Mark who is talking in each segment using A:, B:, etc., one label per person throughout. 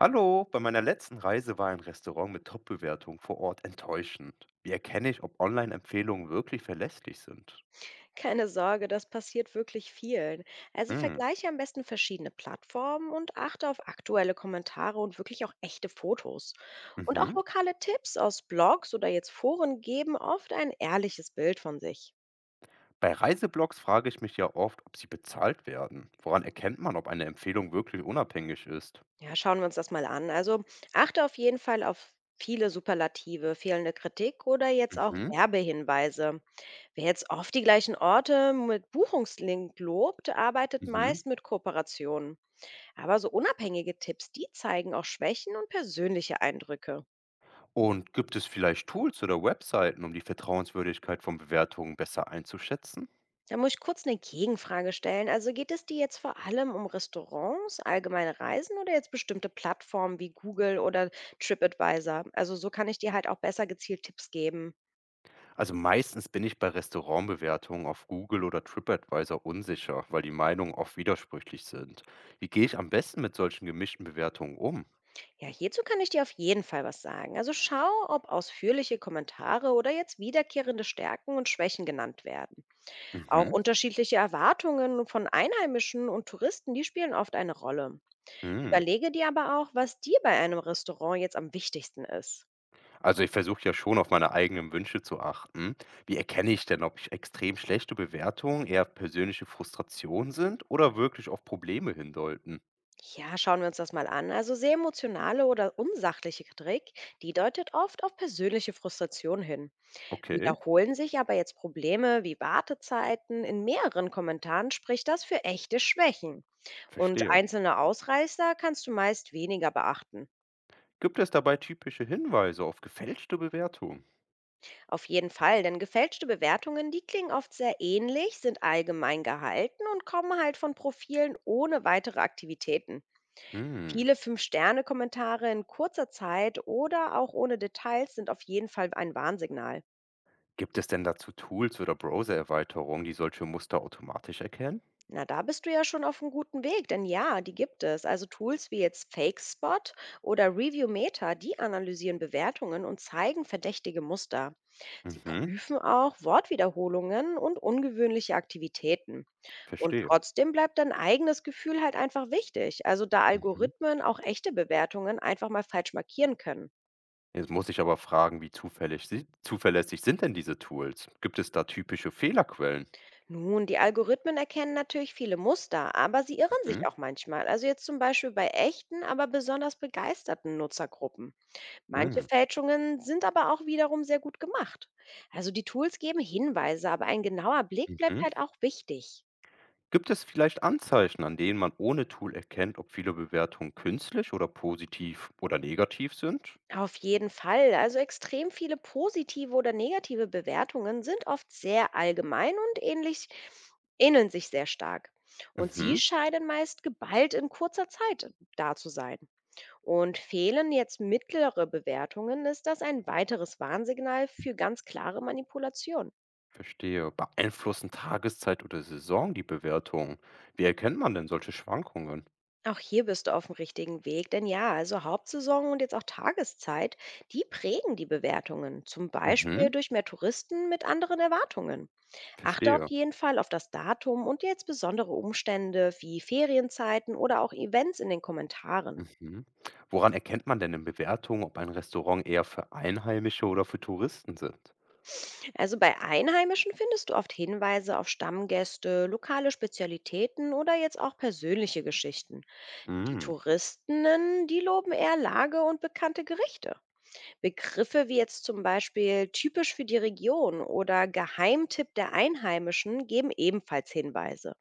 A: Hallo, bei meiner letzten Reise war ein Restaurant mit top bewertung vor Ort enttäuschend. Wie erkenne ich, ob Online-Empfehlungen wirklich verlässlich sind?
B: Keine Sorge, das passiert wirklich vielen. Also
A: Hm.
B: vergleiche am besten verschiedene Plattformen und achte auf aktuelle Kommentare und wirklich auch echte Fotos. Und auch
A: Mhm.
B: lokale Tipps aus Blogs oder jetzt Foren geben oft ein ehrliches Bild von sich.
A: Bei Reiseblogs frage ich mich ja oft, ob sie bezahlt werden. Woran erkennt man, ob eine Empfehlung wirklich unabhängig ist?
B: Ja, schauen wir uns das mal an. Also achte auf jeden Fall auf viele Superlative, fehlende Kritik oder jetzt auch
A: Mhm.
B: Werbehinweise. Wer jetzt oft die gleichen Orte mit Buchungslink lobt, arbeitet
A: Mhm.
B: meist mit Kooperationen. Aber so unabhängige Tipps, die zeigen auch Schwächen und persönliche Eindrücke.
A: Und gibt es vielleicht Tools oder Webseiten, um die Vertrauenswürdigkeit von Bewertungen besser einzuschätzen?
B: Da muss ich kurz eine Gegenfrage stellen. Also geht es dir jetzt vor allem um Restaurants, allgemeine Reisen oder jetzt bestimmte Plattformen wie Google oder TripAdvisor? Also so kann ich dir halt auch besser gezielt Tipps geben.
A: Also meistens bin ich bei Restaurantbewertungen auf Google oder TripAdvisor unsicher, weil die Meinungen oft widersprüchlich sind. Wie gehe ich am besten mit solchen gemischten Bewertungen um?
B: Ja, hierzu kann ich dir auf jeden Fall was sagen. Also schau, ob ausführliche Kommentare oder jetzt wiederkehrende Stärken und Schwächen genannt werden. Auch
A: Mhm.
B: unterschiedliche Erwartungen von Einheimischen und Touristen, die spielen oft eine Rolle.
A: Hm.
B: Überlege dir aber auch, was dir bei einem Restaurant jetzt am wichtigsten ist.
A: Also ich versuche ja schon auf meine eigenen Wünsche zu achten. Wie erkenne ich denn, ob ich extrem schlechte Bewertungen eher persönliche Frustrationen sind oder wirklich auf Probleme hindeuten?
B: Ja, schauen wir uns das mal an. Also sehr emotionale oder unsachliche Kritik, die deutet oft auf persönliche Frustration hin.
A: Okay,
B: Wiederholen sich aber jetzt Probleme wie Wartezeiten in mehreren Kommentaren, spricht das für echte Schwächen. Und
A: verstehe.
B: einzelne Ausreißer kannst du meist weniger beachten.
A: Gibt es dabei typische Hinweise auf gefälschte Bewertungen?
B: Auf jeden Fall, denn gefälschte Bewertungen, die klingen oft sehr ähnlich, sind allgemein gehalten und kommen halt von Profilen ohne weitere Aktivitäten.
A: Hm.
B: Viele Fünf-Sterne-Kommentare in kurzer Zeit oder auch ohne Details sind auf jeden Fall ein Warnsignal.
A: Gibt es denn dazu Tools oder Browsererweiterungen, die solche Muster automatisch erkennen?
B: Na, da bist du ja schon auf einem guten Weg, denn ja, die gibt es. Also Tools wie jetzt FakeSpot oder ReviewMeter, die analysieren Bewertungen und zeigen verdächtige Muster. Sie
A: Mhm,
B: prüfen auch Wortwiederholungen und ungewöhnliche Aktivitäten. Und
A: verstehe.
B: trotzdem bleibt dein eigenes Gefühl halt einfach wichtig. Also da
A: Mhm.
B: Algorithmen auch echte Bewertungen einfach mal falsch markieren können.
A: Jetzt muss ich aber fragen, wie zufällig si zuverlässig sind denn diese Tools? Gibt es da typische Fehlerquellen?
B: Nun, die Algorithmen erkennen natürlich viele Muster, aber sie irren sich
A: Mhm,
B: auch manchmal. Also jetzt zum Beispiel bei echten, aber besonders begeisterten Nutzergruppen. Manche
A: mhm,
B: Fälschungen sind aber auch wiederum sehr gut gemacht. Also die Tools geben Hinweise, aber ein genauer Blick bleibt
A: mhm.
B: halt auch wichtig.
A: Gibt es vielleicht Anzeichen, an denen man ohne Tool erkennt, ob viele Bewertungen künstlich oder positiv oder negativ sind?
B: Auf jeden Fall. Also extrem viele positive oder negative Bewertungen sind oft sehr allgemein und ähnlich, ähneln sich sehr stark. Und sie
A: Mhm,
B: scheinen meist geballt in kurzer Zeit da zu sein. Und fehlen jetzt mittlere Bewertungen, ist das ein weiteres Warnsignal für ganz klare Manipulation.
A: verstehe. Beeinflussen Tageszeit oder Saison die Bewertungen? Wie erkennt man denn solche Schwankungen?
B: Auch hier bist du auf dem richtigen Weg, denn ja, also Hauptsaison und jetzt auch Tageszeit, die prägen die Bewertungen, zum
A: Mhm,
B: Beispiel durch mehr Touristen mit anderen Erwartungen. Achte auf
A: verstehe.
B: jeden Fall auf das Datum und jetzt besondere Umstände wie Ferienzeiten oder auch Events in den Kommentaren.
A: Mhm. Woran erkennt man denn in Bewertungen, ob ein Restaurant eher für Einheimische oder für Touristen sind?
B: Also bei Einheimischen findest du oft Hinweise auf Stammgäste, lokale Spezialitäten oder jetzt auch persönliche Geschichten. Die
A: Mhm.
B: Touristinnen, die loben eher Lage und bekannte Gerichte. Begriffe wie jetzt zum Beispiel typisch für die Region oder Geheimtipp der Einheimischen geben ebenfalls Hinweise.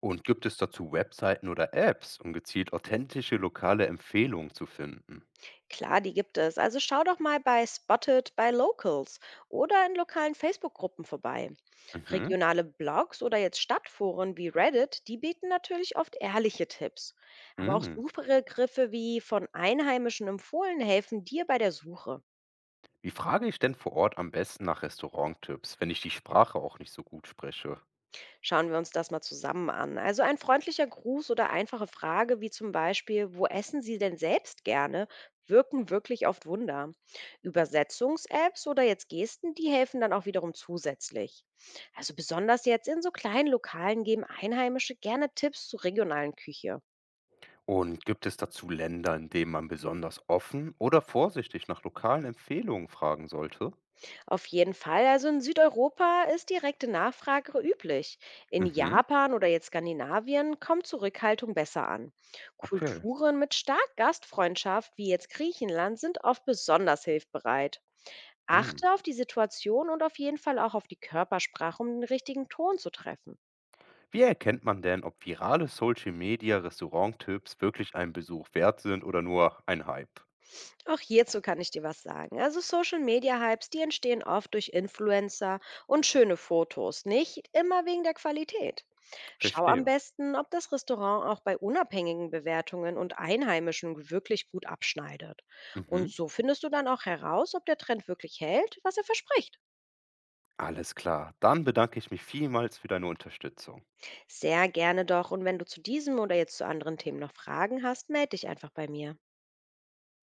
A: Und gibt es dazu Webseiten oder Apps, um gezielt authentische lokale Empfehlungen zu finden?
B: Klar, die gibt es. Also schau doch mal bei Spotted by Locals oder in lokalen Facebook-Gruppen vorbei.
A: Mhm.
B: Regionale Blogs oder jetzt Stadtforen wie Reddit, die bieten natürlich oft ehrliche Tipps. Aber auch
A: Mhm.
B: Suchbegriffe wie von Einheimischen empfohlen helfen dir bei der Suche.
A: Wie frage ich denn vor Ort am besten nach Restauranttipps, wenn ich die Sprache auch nicht so gut spreche?
B: Schauen wir uns das mal zusammen an. Also ein freundlicher Gruß oder einfache Frage wie zum Beispiel, wo essen Sie denn selbst gerne, wirken wirklich oft Wunder. Übersetzungs-Apps oder jetzt Gesten, die helfen dann auch wiederum zusätzlich. Also besonders jetzt in so kleinen Lokalen geben Einheimische gerne Tipps zur regionalen Küche.
A: Und gibt es dazu Länder, in denen man besonders offen oder vorsichtig nach lokalen Empfehlungen fragen sollte?
B: Auf jeden Fall. Also in Südeuropa ist direkte Nachfrage üblich. In
A: Mhm.
B: Japan oder jetzt Skandinavien kommt Zurückhaltung besser an.
A: Okay.
B: Kulturen mit stark Gastfreundschaft, wie jetzt Griechenland, sind oft besonders hilfbereit.
A: Mhm.
B: Achte auf die Situation und auf jeden Fall auch auf die Körpersprache, um den richtigen Ton zu treffen.
A: Wie erkennt man denn, ob virale Social Media Restauranttipps wirklich einen Besuch wert sind oder nur ein Hype?
B: Auch hierzu kann ich dir was sagen. Also Social Media Hypes, die entstehen oft durch Influencer und schöne Fotos, nicht immer wegen der Qualität. Schau am
A: Verstehe.
B: besten, ob das Restaurant auch bei unabhängigen Bewertungen und Einheimischen wirklich gut abschneidet. Und
A: Mhm.
B: so findest du dann auch heraus, ob der Trend wirklich hält, was er verspricht.
A: Alles klar. Dann bedanke ich mich vielmals für deine Unterstützung.
B: Sehr gerne doch. Und wenn du zu diesem oder jetzt zu anderen Themen noch Fragen hast, melde dich einfach bei mir.